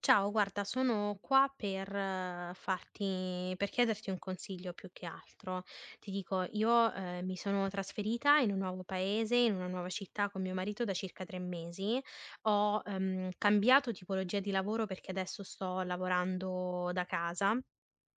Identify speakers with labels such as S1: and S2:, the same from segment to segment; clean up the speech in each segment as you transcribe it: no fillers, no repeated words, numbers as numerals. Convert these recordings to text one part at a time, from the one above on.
S1: Ciao, guarda, sono qua per chiederti un consiglio più che altro. Ti dico, io mi sono trasferita in un nuovo paese, in una nuova città con mio marito da circa 3 mesi. Ho cambiato tipologia di lavoro perché adesso sto lavorando da casa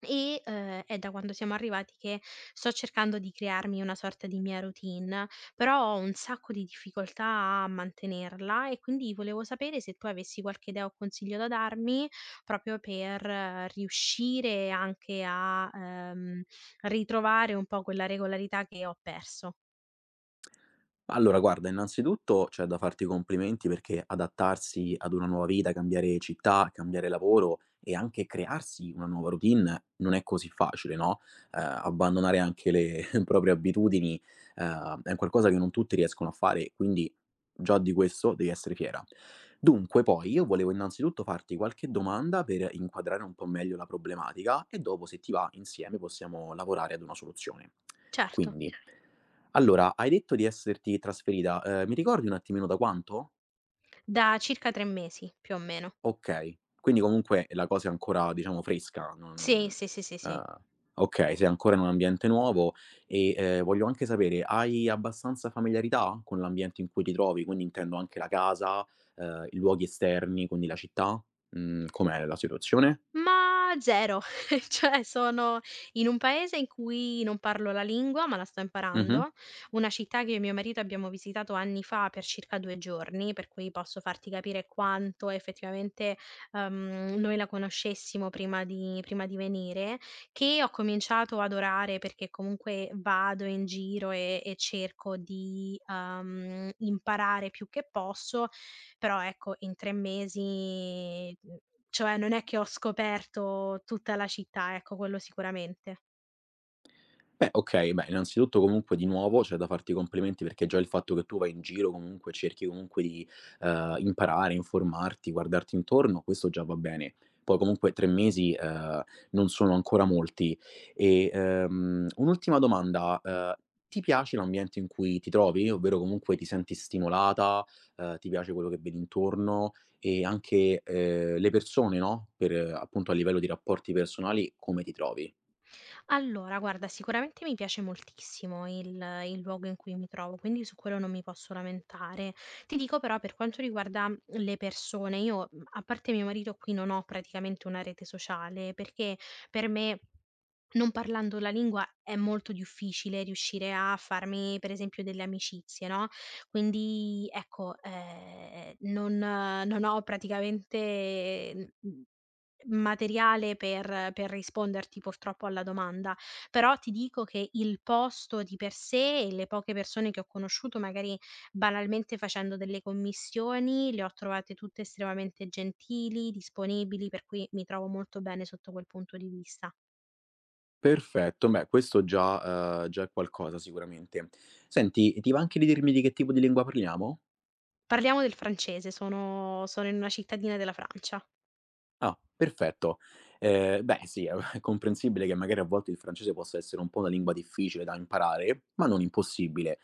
S1: e, è da quando siamo arrivati che sto cercando di crearmi una sorta di mia routine, però ho un sacco di difficoltà a mantenerla e quindi volevo sapere se tu avessi qualche idea o consiglio da darmi, proprio per riuscire anche a, ritrovare un po' quella regolarità che ho perso.
S2: Allora guarda, innanzitutto c'è da farti i complimenti perché adattarsi ad una nuova vita, cambiare città, cambiare lavoro e anche crearsi una nuova routine non è così facile, no, abbandonare anche le proprie abitudini, è un qualcosa che non tutti riescono a fare, quindi già di questo devi essere fiera. Dunque poi io volevo innanzitutto farti qualche domanda per inquadrare un po' meglio la problematica e dopo, se ti va, insieme possiamo lavorare ad una soluzione.
S1: Certo,
S2: Quindi, allora, hai detto di esserti trasferita, mi ricordi un attimino da quanto?
S1: da circa 3 mesi, più o meno.
S2: Okay, quindi comunque la cosa è ancora diciamo fresca,
S1: Sì,
S2: non
S1: sì, sì, sì, sì.
S2: ehm, okay, sei ancora in un ambiente nuovo e, voglio anche sapere, hai abbastanza familiarità con l'ambiente in cui ti trovi? Quindi intendo anche la casa, i luoghi esterni, quindi la città? Mhmm, com'è la situazione?
S1: Ma 0, cioè sono in un paese in cui non parlo la lingua, ma la sto
S2: Mh-mh.
S1: imparando, una città che io e mio marito abbiamo visitato anni fa per circa 2 giorni, per cui posso farti capire quanto effettivamente, noi la conoscessimo prima di venire, che ho cominciato ad orare perché comunque vado in giro e cerco di, imparare più che posso. Però ecco, in 3 mesi, cioè non è che ho scoperto tutta la città, ecco, quello sicuramente.
S2: Beh, okay, beh, innanzitutto comunque di nuovo c'è da farti i complimenti perché già il fatto che tu vai in giro comunque cerchi comunque di imparare, informarti, guardarti intorno, questo già va bene. Poi comunque 3 mesi, non sono ancora molti. E, un'ultima domanda, ti piace l'ambiente in cui ti trovi? Ovvero comunque ti senti stimolata, ti piace quello che vedi intorno e anche, le persone, no, per appunto a livello di rapporti personali come ti trovi?
S1: Allora, guarda, sicuramente mi piace moltissimo il luogo in cui mi trovo, quindi su quello non mi posso lamentare. Ti dico però per quanto riguarda le persone, io, a parte mio marito qui non ho praticamente una rete sociale, perché per me, non parlando la lingua, è molto difficile riuscire a farmi per esempio delle amicizie, no, quindi ecco, non ho praticamente, mhmm materiale per risponderti purtroppo alla domanda, però ti dico che il posto di per sé e le poche persone che ho conosciuto, magari banalmente facendo delle commissioni, le ho trovate tutte estremamente gentili, disponibili, per cui mi trovo molto bene sotto quel punto di vista.
S2: Perfetto, beh, questo già già è qualcosa sicuramente. Senti, ti va anche di dirmi di che tipo di lingua parliamo?
S1: Parliamo del francese, sono in una cittadina della Francia.
S2: Ah, perfetto. Beh, sì, è comprensibile che magari a volte il francese possa essere un po' una lingua difficile da imparare, ma non impossibile.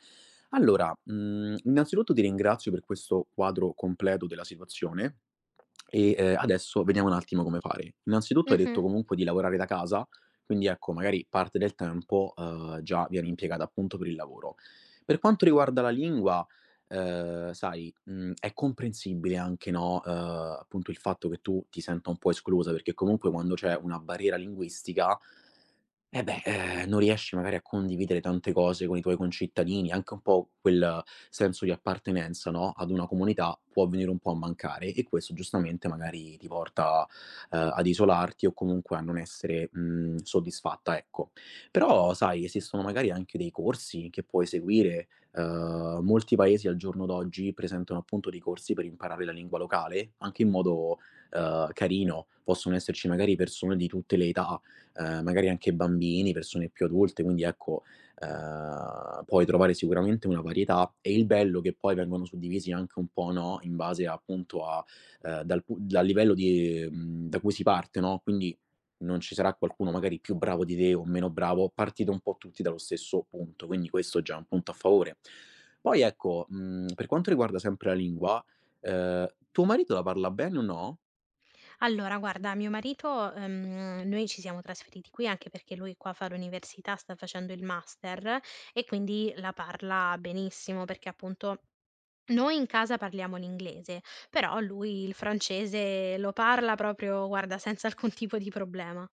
S2: Allora, mhmm, innanzitutto ti ringrazio per questo quadro completo della situazione. E, adesso vediamo un attimo come fare. Innanzitutto hai detto
S1: Mh-mh.
S2: comunque di lavorare da casa, quindi ecco magari parte del tempo, già viene impiegata appunto per il lavoro. Per quanto riguarda la lingua, sai, mhmm, è comprensibile anche, no, appunto il fatto che tu ti senta un po' esclusa, perché comunque quando c'è una barriera linguistica eh, beh, non riesci magari a condividere tante cose con i tuoi concittadini, anche un po' quel senso di appartenenza, no, ad una comunità può venire un po' a mancare e questo giustamente magari ti porta, ad isolarti o comunque a non essere, mhmm, soddisfatta, ecco. Però sai, esistono magari anche dei corsi che puoi seguire, molti paesi al giorno d'oggi presentano appunto dei corsi per imparare la lingua locale, anche in modo, carino. Possono esserci magari persone di tutte le età, magari anche bambini, persone più adulte, quindi ecco, puoi trovare sicuramente una varietà e il bello che poi vengono suddivisi anche un po', no, in base appunto a, dal livello di mhmm, da cui si parte, no, quindi non ci sarà qualcuno magari più bravo di te o meno bravo, partite un po' tutti dallo stesso punto, quindi questo è già un punto a favore. Poi ecco, mhmm, per quanto riguarda sempre la lingua, ehm, tuo marito la parla bene o no?
S1: Allora guarda, mio marito noi ci siamo trasferiti qui anche perché lui qua fa l'università, sta facendo il master e quindi la parla benissimo perché appunto noi in casa parliamo l'inglese, però lui il francese lo parla proprio, guarda, senza alcun tipo di problema.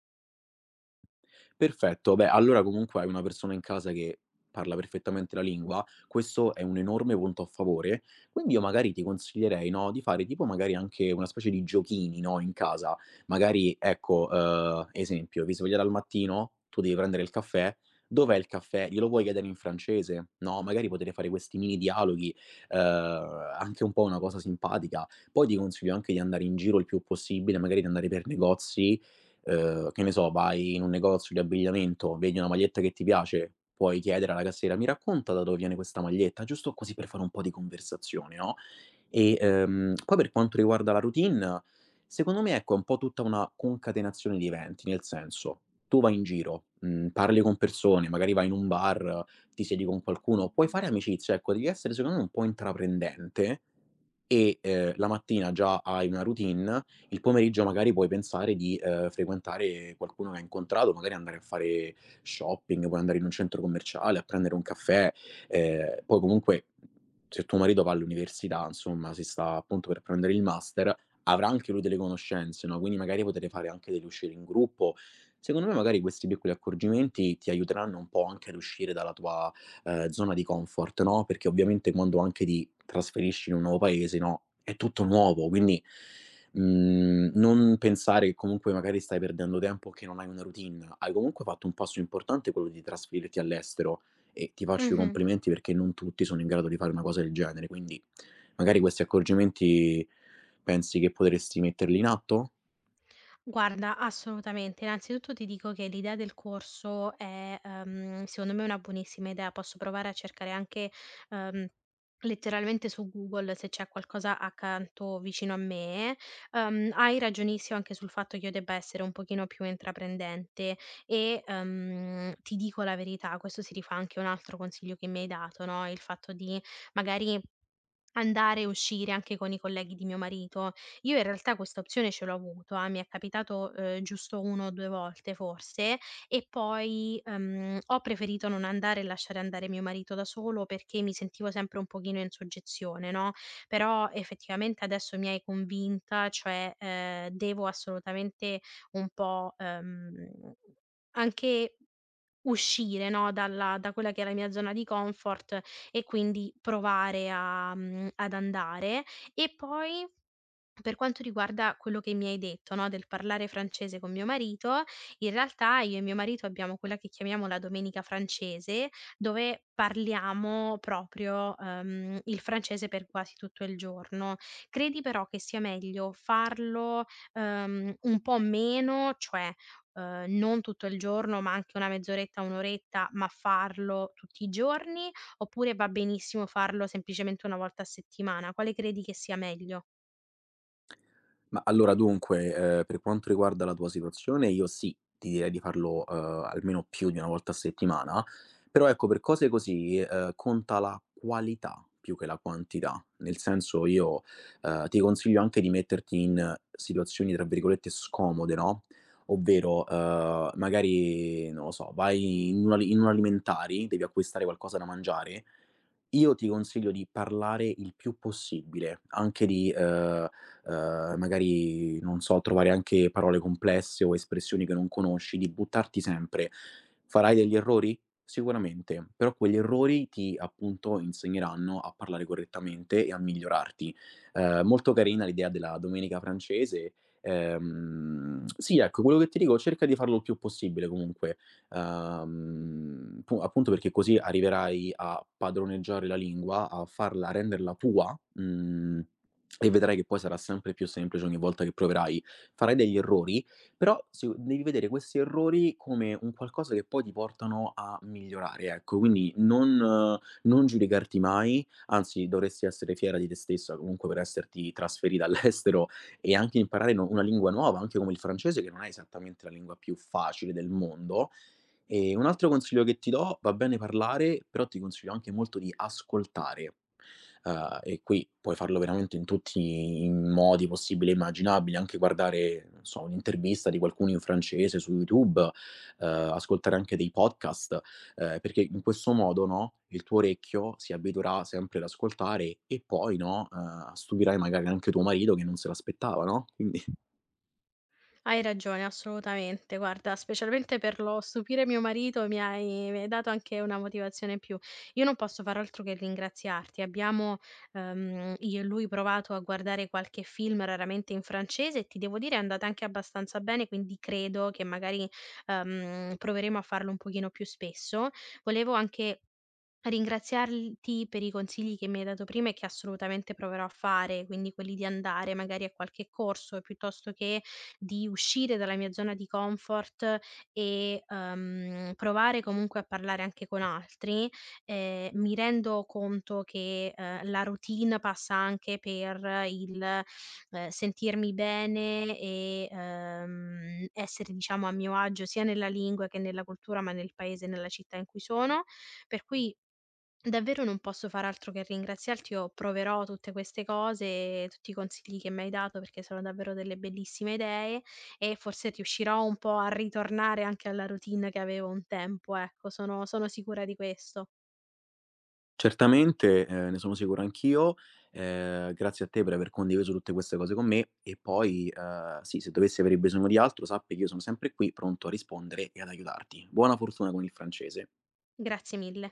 S2: Perfetto, beh, allora comunque hai una persona in casa che parla perfettamente la lingua, questo è un enorme punto a favore. Quindi io magari ti consiglierei, no, di fare tipo magari anche una specie di giochini, no, in casa. Magari, ecco, esempio, vi svegliate al mattino, tu devi prendere il caffè, dov'è il caffè? Glielo vuoi chiedere in francese? No, magari potete fare questi mini dialoghi, anche un po' una cosa simpatica. Poi ti consiglio anche di andare in giro il più possibile, magari di andare per negozi. Che ne so, vai in un negozio di abbigliamento, vedi una maglietta che ti piace, puoi chiedere alla cassiera: "Mi racconta da dove viene questa maglietta?" Giusto così per fare un po' di conversazione, no? E, poi per quanto riguarda la routine, secondo me, ecco, è un po' tutta una concatenazione di eventi, nel senso, tu vai in giro, mhmm, parli con persone, magari vai in un bar, ti siedi con qualcuno, puoi fare amicizia, ecco, devi essere secondo me un po' intraprendente e, la mattina già hai una routine, il pomeriggio magari puoi pensare di, frequentare qualcuno che hai incontrato, magari andare a fare shopping, puoi andare in un centro commerciale a prendere un caffè. Poi comunque se tuo marito va all'università, insomma, si sta appunto per prendere il master, avrà anche lui delle conoscenze, no? Quindi magari potete fare anche delle uscite in gruppo. Secondo me magari questi piccoli accorgimenti ti aiuteranno un po' anche ad uscire dalla tua zona di comfort, no? Perché ovviamente quando anche ti trasferisci in un nuovo paese, no? È tutto nuovo, quindi mhmm, non pensare che comunque magari stai perdendo tempo o che non hai una routine. Hai comunque fatto un passo importante quello di trasferirti all'estero e ti faccio i
S1: Mh-mh.
S2: complimenti perché non tutti sono in grado di fare una cosa del genere. Quindi magari questi accorgimenti pensi che potresti metterli in atto?
S1: Guarda, assolutamente. Innanzitutto ti dico che l'idea del corso è, secondo me, una buonissima idea. Posso provare a cercare anche, ehm, letteralmente su Google se c'è qualcosa accanto vicino a me. Hai ragionissimo anche sul fatto che io debba essere un pochino più intraprendente e ti dico la verità, questo si rifà anche a un altro consiglio che mi hai dato, no? Il fatto di magari andare e uscire anche con i colleghi di mio marito. Io in realtà questa opzione ce l'ho avuta, mi è capitato, giusto 1 o 2 volte forse e poi, ho preferito non andare e lasciare andare mio marito da solo perché mi sentivo sempre un pochino in soggezione, no, però effettivamente adesso mi hai convinta, cioè, devo assolutamente un po', anche uscire, no, dalla da quella che è la mia zona di comfort e quindi provare a ad andare. E poi per quanto riguarda quello che mi hai detto, no, del parlare francese con mio marito, in realtà io e mio marito abbiamo quella che chiamiamo la domenica francese, dove parliamo proprio, il francese per quasi tutto il giorno. Credi però che sia meglio farlo, un po' meno, cioè, non tutto il giorno, ma anche una mezz'oretta, un'oretta, ma farlo tutti i giorni, oppure va benissimo farlo semplicemente una volta a settimana? Quale credi che sia meglio?
S2: Ma allora dunque, per quanto riguarda la tua situazione, io sì, ti direi di farlo, almeno più di 1 volta a settimana, però ecco per cose così, conta la qualità più che la quantità. Nel senso io, ti consiglio anche di metterti in situazioni tra virgolette "scomode", no, ovvero, magari non lo so, vai in un alimentari, devi acquistare qualcosa da mangiare, io ti consiglio di parlare il più possibile, anche di, magari, non so, trovare anche parole complesse o espressioni che non conosci, di buttarti sempre. Farai degli errori? Sicuramente, però quegli errori ti, appunto, insegneranno a parlare correttamente e a migliorarti. Molto carina l'idea della domenica francese. Sì, ecco, quello che ti dico cerca di farlo il più possibile comunque. Pu Appunto perché così arriverai a padroneggiare la lingua, a renderla tua, mhmm, e vedrai che poi sarà sempre più semplice ogni volta che proverai. Farai degli errori, però si devi vedere questi errori come un qualcosa che poi ti portano a migliorare, ecco. Quindi non giudicarti mai, anzi dovresti essere fiera di te stessa comunque per esserti trasferita all'estero e anche imparare, no, una lingua nuova, anche come il francese che non è esattamente la lingua più facile del mondo, e un altro consiglio che ti do, va bene parlare, però ti consiglio anche molto di ascoltare. E qui puoi farlo veramente in tutti i modi possibili e immaginabili, anche guardare, non so, un'intervista di qualcuno in francese su YouTube, ascoltare anche dei podcast, perché in questo modo, no, il tuo orecchio si abituerà sempre ad ascoltare e poi, no, stupirai magari anche tuo marito che non se l'aspettava, no? Quindi
S1: Hai ragione, assolutamente. Guarda, specialmente per lo stupire mio marito mi hai dato anche una motivazione in più. Io non posso far altro che ringraziarti. Abbiamo, io e lui provato a guardare qualche film raramente in francese e ti devo dire è andata anche abbastanza bene, quindi credo che magari, proveremo a farlo un pochino più spesso. Volevo anche ringraziarti per i consigli che mi hai dato prima e che assolutamente proverò a fare, quindi quelli di andare magari a qualche corso piuttosto che di uscire dalla mia zona di comfort e provare comunque a parlare anche con altri. Mi rendo conto che la routine passa anche per il sentirmi bene e essere diciamo a mio agio sia nella lingua che nella cultura, ma nel paese e nella città in cui sono. Per cui davvero non posso far altro che ringraziarti. Io proverò tutte queste cose, tutti i consigli che mi hai dato, perché sono davvero delle bellissime idee e forse riuscirò un po' a ritornare anche alla routine che avevo un tempo, ecco, sono sicura di questo.
S2: certamente, ne sono sicuro anch'io. Grazie a te per aver condiviso tutte queste cose con me e poi, sì, se dovessi avere bisogno di altro sappi che io sono sempre qui pronto a rispondere e ad aiutarti. Buona fortuna con il francese.
S1: Grazie mille.